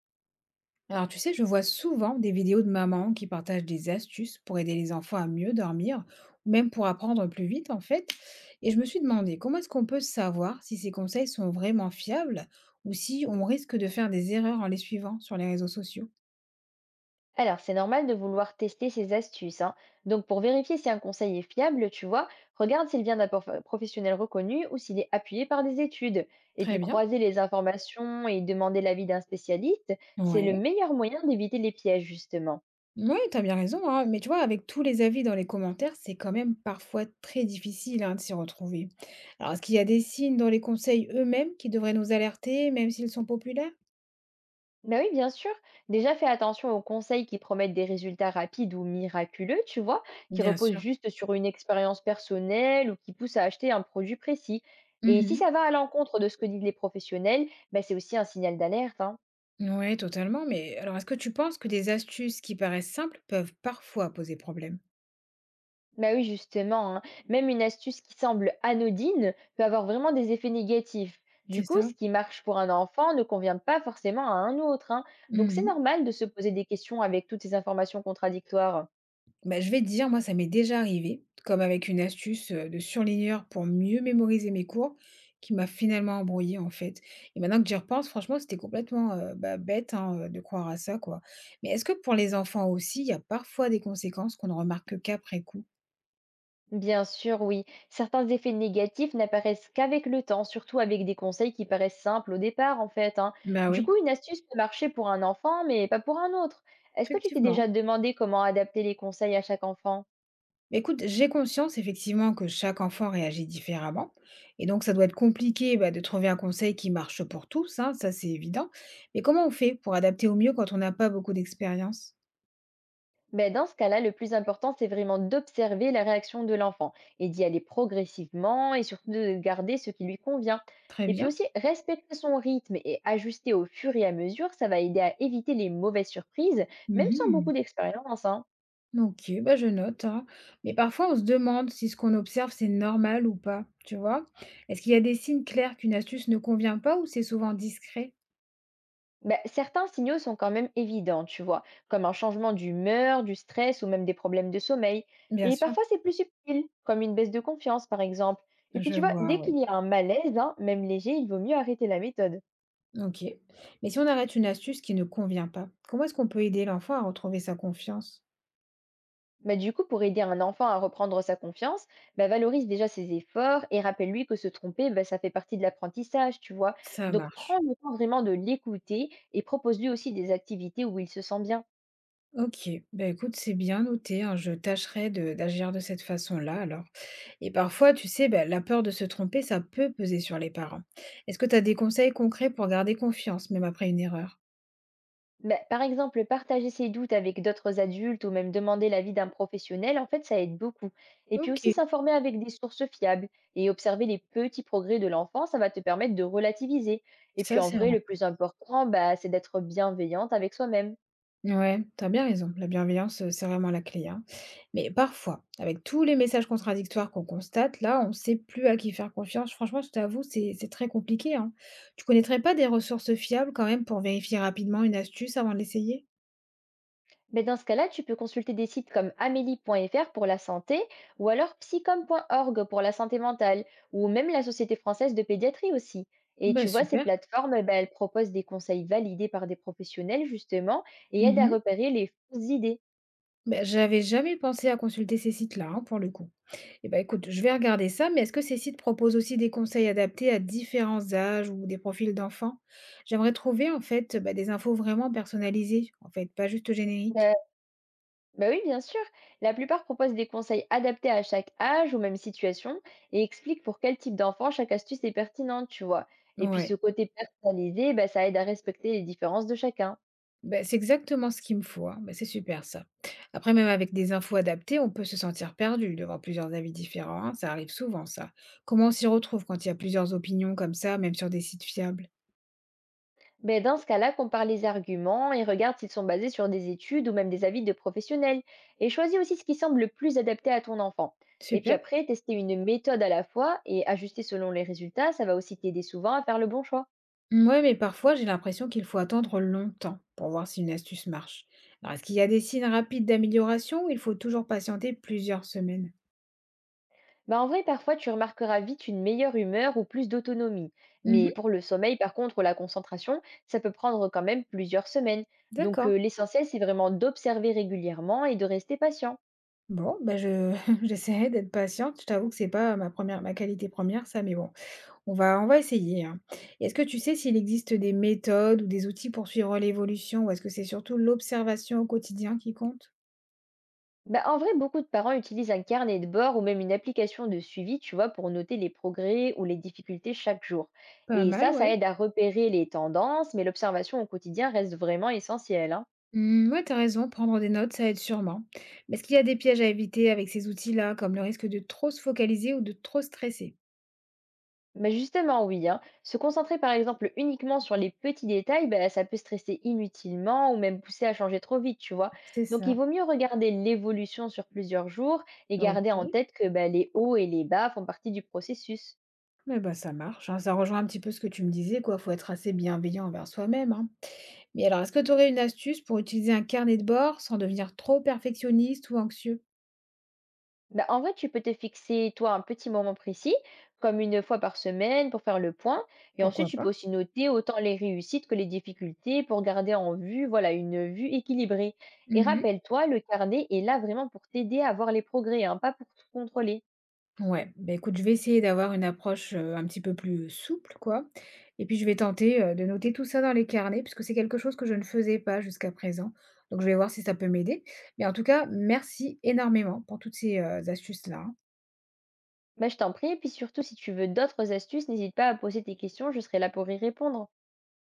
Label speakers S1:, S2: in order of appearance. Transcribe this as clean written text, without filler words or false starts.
S1: Alors, tu sais, je vois souvent des vidéos de mamans qui partagent des astuces pour aider les enfants à mieux dormir, ou même pour apprendre plus vite, en fait. Et je me suis demandé, comment est-ce qu'on peut savoir si ces conseils sont vraiment fiables ou si on risque de faire des erreurs en les suivant sur les réseaux sociaux?
S2: Alors, c'est normal de vouloir tester ces astuces, hein. Donc, pour vérifier si un conseil est fiable, tu vois, regarde s'il vient d'un professionnel reconnu ou s'il est appuyé par des études. Et puis,
S1: Très bien.
S2: croiser les informations et demander l'avis d'un spécialiste, c'est le
S1: Ouais,
S2: meilleur moyen d'éviter les pièges, justement.
S1: ouais, t'as bien raison, hein. Mais tu vois, avec tous les avis dans les commentaires, c'est quand même parfois très difficile, hein, de s'y retrouver. Alors, est-ce qu'il y a des signes dans les conseils eux-mêmes qui devraient nous alerter, même s'ils sont populaires?
S2: Ben oui, bien sûr. Déjà, fais attention aux conseils qui promettent des résultats rapides ou miraculeux, tu vois, qui
S1: Bien
S2: reposent
S1: sûr.
S2: juste sur une expérience personnelle ou qui poussent à acheter un produit précis. Et si ça va à l'encontre de ce que disent les professionnels, ben c'est aussi un signal d'alerte, hein.
S1: Ouais, totalement. Mais alors, est-ce que tu penses que des astuces qui paraissent simples peuvent parfois poser problème?
S2: Bah oui, justement, hein. Même une astuce qui semble anodine peut avoir vraiment des effets négatifs. Du
S1: C'est
S2: coup,
S1: ça.
S2: ce qui marche pour un enfant ne convient pas forcément à un autre, hein. Donc c'est
S1: Mhm.
S2: normal de se poser des questions avec toutes ces informations contradictoires.
S1: Bah, je vais te dire, moi, ça m'est déjà arrivé, comme avec une astuce de surligneur pour mieux mémoriser mes cours, qui m'a finalement embrouillée, en fait. Et maintenant que j'y repense, franchement, c'était complètement bah, bête hein, de croire à ça, quoi. Mais est-ce que pour les enfants aussi, il y a parfois des conséquences qu'on ne remarque qu'après coup?
S2: Bien sûr, oui. Certains effets négatifs n'apparaissent qu'avec le temps, surtout avec des conseils qui paraissent simples au départ, en fait, hein.
S1: Bah
S2: Du
S1: oui,
S2: coup, une astuce peut marcher pour un enfant, mais pas pour un autre. Est-ce que tu t'es
S1: effectivement.
S2: déjà demandé comment adapter les conseils à chaque enfant?
S1: Bah, écoute, j'ai conscience effectivement que chaque enfant réagit différemment. Et donc, ça doit être compliqué bah, de trouver un conseil qui marche pour tous, hein, ça c'est évident. Mais comment on fait pour adapter au mieux quand on n'a pas beaucoup d'expérience?
S2: Ben, dans ce cas-là, le plus important, c'est vraiment d'observer la réaction de l'enfant et d'y aller progressivement et surtout de garder ce qui lui convient.
S1: Très
S2: Et puis
S1: bien.
S2: aussi, respecter son rythme et ajuster au fur et à mesure, ça va aider à éviter les mauvaises surprises, même sans beaucoup
S1: Mhm.
S2: d'expérience, hein.
S1: Ok, bah je note. Hein. Mais parfois, on se demande si ce qu'on observe, c'est normal ou pas, tu vois? Est-ce qu'il y a des signes clairs qu'une astuce ne convient pas ou c'est souvent discret?
S2: Ben, certains signaux sont quand même évidents, tu vois, comme un changement d'humeur, du stress ou même des problèmes de sommeil.
S1: Bien
S2: Et
S1: sûr,
S2: parfois, c'est plus subtil, comme une baisse de confiance, par exemple. Et puis,
S1: je
S2: tu vois,
S1: vois,
S2: dès
S1: ouais.
S2: qu'il y a un malaise, hein, même léger, il vaut mieux arrêter la méthode.
S1: Ok. Mais si on arrête une astuce qui ne convient pas, comment est-ce qu'on peut aider l'enfant à retrouver sa confiance?
S2: Bah, du coup, pour aider un enfant à reprendre sa confiance, bah, valorise déjà ses efforts et rappelle-lui que se tromper, bah, ça fait partie de l'apprentissage, tu vois.
S1: Ça
S2: Donc, prends
S1: marche.
S2: le temps vraiment de l'écouter et propose-lui aussi des activités où il se sent bien.
S1: OK. Bah, écoute, c'est bien noté, hein, je tâcherai de d'agir de cette façon-là alors. Et parfois, tu sais, bah, la peur de se tromper, ça peut peser sur les parents. Est-ce que tu as des conseils concrets pour garder confiance, même après une erreur?
S2: Bah, par exemple, partager ses doutes avec d'autres adultes ou même demander l'avis d'un professionnel, en fait, ça aide beaucoup. Et puis aussi
S1: OK,
S2: s'informer avec des sources fiables et observer les petits progrès de l'enfant, ça va te permettre de relativiser. Et puis
S1: ça
S2: en
S1: c'est vrai.
S2: vrai, le plus important, bah, c'est d'être bienveillante avec soi-même.
S1: Ouais, t'as bien raison. La bienveillance, c'est vraiment la clé, hein. Mais parfois, avec tous les messages contradictoires qu'on constate, là, on ne sait plus à qui faire confiance. Franchement, je t'avoue, c'est très compliqué, hein. Tu connaîtrais pas des ressources fiables quand même pour vérifier rapidement une astuce avant de l'essayer?
S2: Mais dans ce cas-là, tu peux consulter des sites comme amélie.fr pour la santé ou alors psycom.org pour la santé mentale ou même la Société française de pédiatrie aussi. Et
S1: Bah
S2: tu vois, ces
S1: super.
S2: plateformes, eh ben, elles proposent des conseils validés par des professionnels justement et aident
S1: Mmh
S2: à
S1: mh.
S2: repérer les fausses idées.
S1: Bah, j'avais jamais pensé à consulter ces sites-là, hein, pour le coup. Et ben écoute, je vais regarder ça, mais est-ce que ces sites proposent aussi des conseils adaptés à différents âges ou des profils d'enfants? J'aimerais trouver en fait, bah, des infos vraiment personnalisées, en fait, pas juste génériques.
S2: Euh, Bah oui, bien sûr. La plupart proposent des conseils adaptés à chaque âge ou même situation et expliquent pour quel type d'enfant chaque astuce est pertinente, tu vois. Et puis ce
S1: Ouais,
S2: côté personnalisé, bah, ça aide à respecter les différences de chacun.
S1: ben c'est exactement ce qu'il me faut, hein. Bah, c'est super ça. Après, même avec des infos adaptées, on peut se sentir perdu devant plusieurs avis différents, hein, ça arrive souvent, ça. Comment on s'y retrouve quand il y a plusieurs opinions comme ça, même sur des sites fiables?
S2: Ben, dans ce cas-là, compare les arguments et regarde s'ils sont basés sur des études ou même des avis de professionnels. Et choisis aussi ce qui semble le plus adapté à ton enfant. Et puis
S1: Super.
S2: après, tester une méthode à la fois et ajuster selon les résultats, ça va aussi t'aider souvent à faire le bon choix.
S1: Ouais, mais parfois j'ai l'impression qu'il faut attendre longtemps pour voir si une astuce marche. Alors est-ce qu'il y a des signes rapides d'amélioration ou il faut toujours patienter plusieurs semaines?
S2: Ben, en vrai, parfois, tu remarqueras vite une meilleure humeur ou plus d'autonomie. Mais
S1: Mmh,
S2: pour le sommeil, par contre, ou la concentration, ça peut prendre quand même plusieurs semaines. Donc
S1: d'accord.
S2: euh, l'essentiel, c'est vraiment d'observer régulièrement et de rester patient.
S1: Bon, ben je j'essaierai d'être patiente. Je t'avoue que c'est pas ma qualité première ça, mais bon, on va essayer, hein. Et est-ce que tu sais s'il existe des méthodes ou des outils pour suivre l'évolution ou est-ce que c'est surtout l'observation au quotidien qui compte?
S2: Bah, en vrai, beaucoup de parents utilisent un carnet de bord ou même une application de suivi, tu vois, pour noter les progrès ou les difficultés chaque jour.
S1: Pas
S2: Et
S1: mal,
S2: ça
S1: ouais.
S2: aide à repérer les tendances, mais l'observation au quotidien reste vraiment essentielle, hein.
S1: Mmh, ouais, t'as raison, prendre des notes, ça aide sûrement. Mais est-ce qu'il y a des pièges à éviter avec ces outils-là, comme le risque de trop se focaliser ou de trop stresser?
S2: Mais justement, oui, hein, se concentrer par exemple uniquement sur les petits détails, bah, ça peut stresser inutilement ou même pousser à changer trop vite, tu vois.
S1: C'est
S2: Donc il
S1: ça.
S2: vaut mieux regarder l'évolution sur plusieurs jours et garder
S1: Ok,
S2: en tête que bah, les hauts et les bas font partie du processus.
S1: mais bah ça marche, hein, ça rejoint un petit peu ce que tu me disais, quoi. Faut être assez bienveillant envers soi-même, hein. Mais alors, est-ce que tu aurais une astuce pour utiliser un carnet de bord sans devenir trop perfectionniste ou anxieux?
S2: Bah, en vrai, tu peux te fixer, toi, un petit moment précis, comme une fois par semaine, pour faire le point. Et ensuite,
S1: Pourquoi
S2: tu peux
S1: pas?
S2: aussi noter autant les réussites que les difficultés pour garder en vue, voilà, une vue équilibrée. Et rappelle-toi, le carnet est là vraiment pour t'aider à voir les progrès, hein, pas pour tout contrôler.
S1: Ouais, bah, écoute, je vais essayer d'avoir une approche, un petit peu plus souple, quoi, et puis je vais tenter, de noter tout ça dans les carnets puisque c'est quelque chose que je ne faisais pas jusqu'à présent. Donc je vais voir si ça peut m'aider. Mais en tout cas, merci énormément pour toutes ces, astuces-là, hein.
S2: Bah, je t'en prie. Et puis surtout, si tu veux d'autres astuces, n'hésite pas à poser tes questions, je serai là pour y répondre.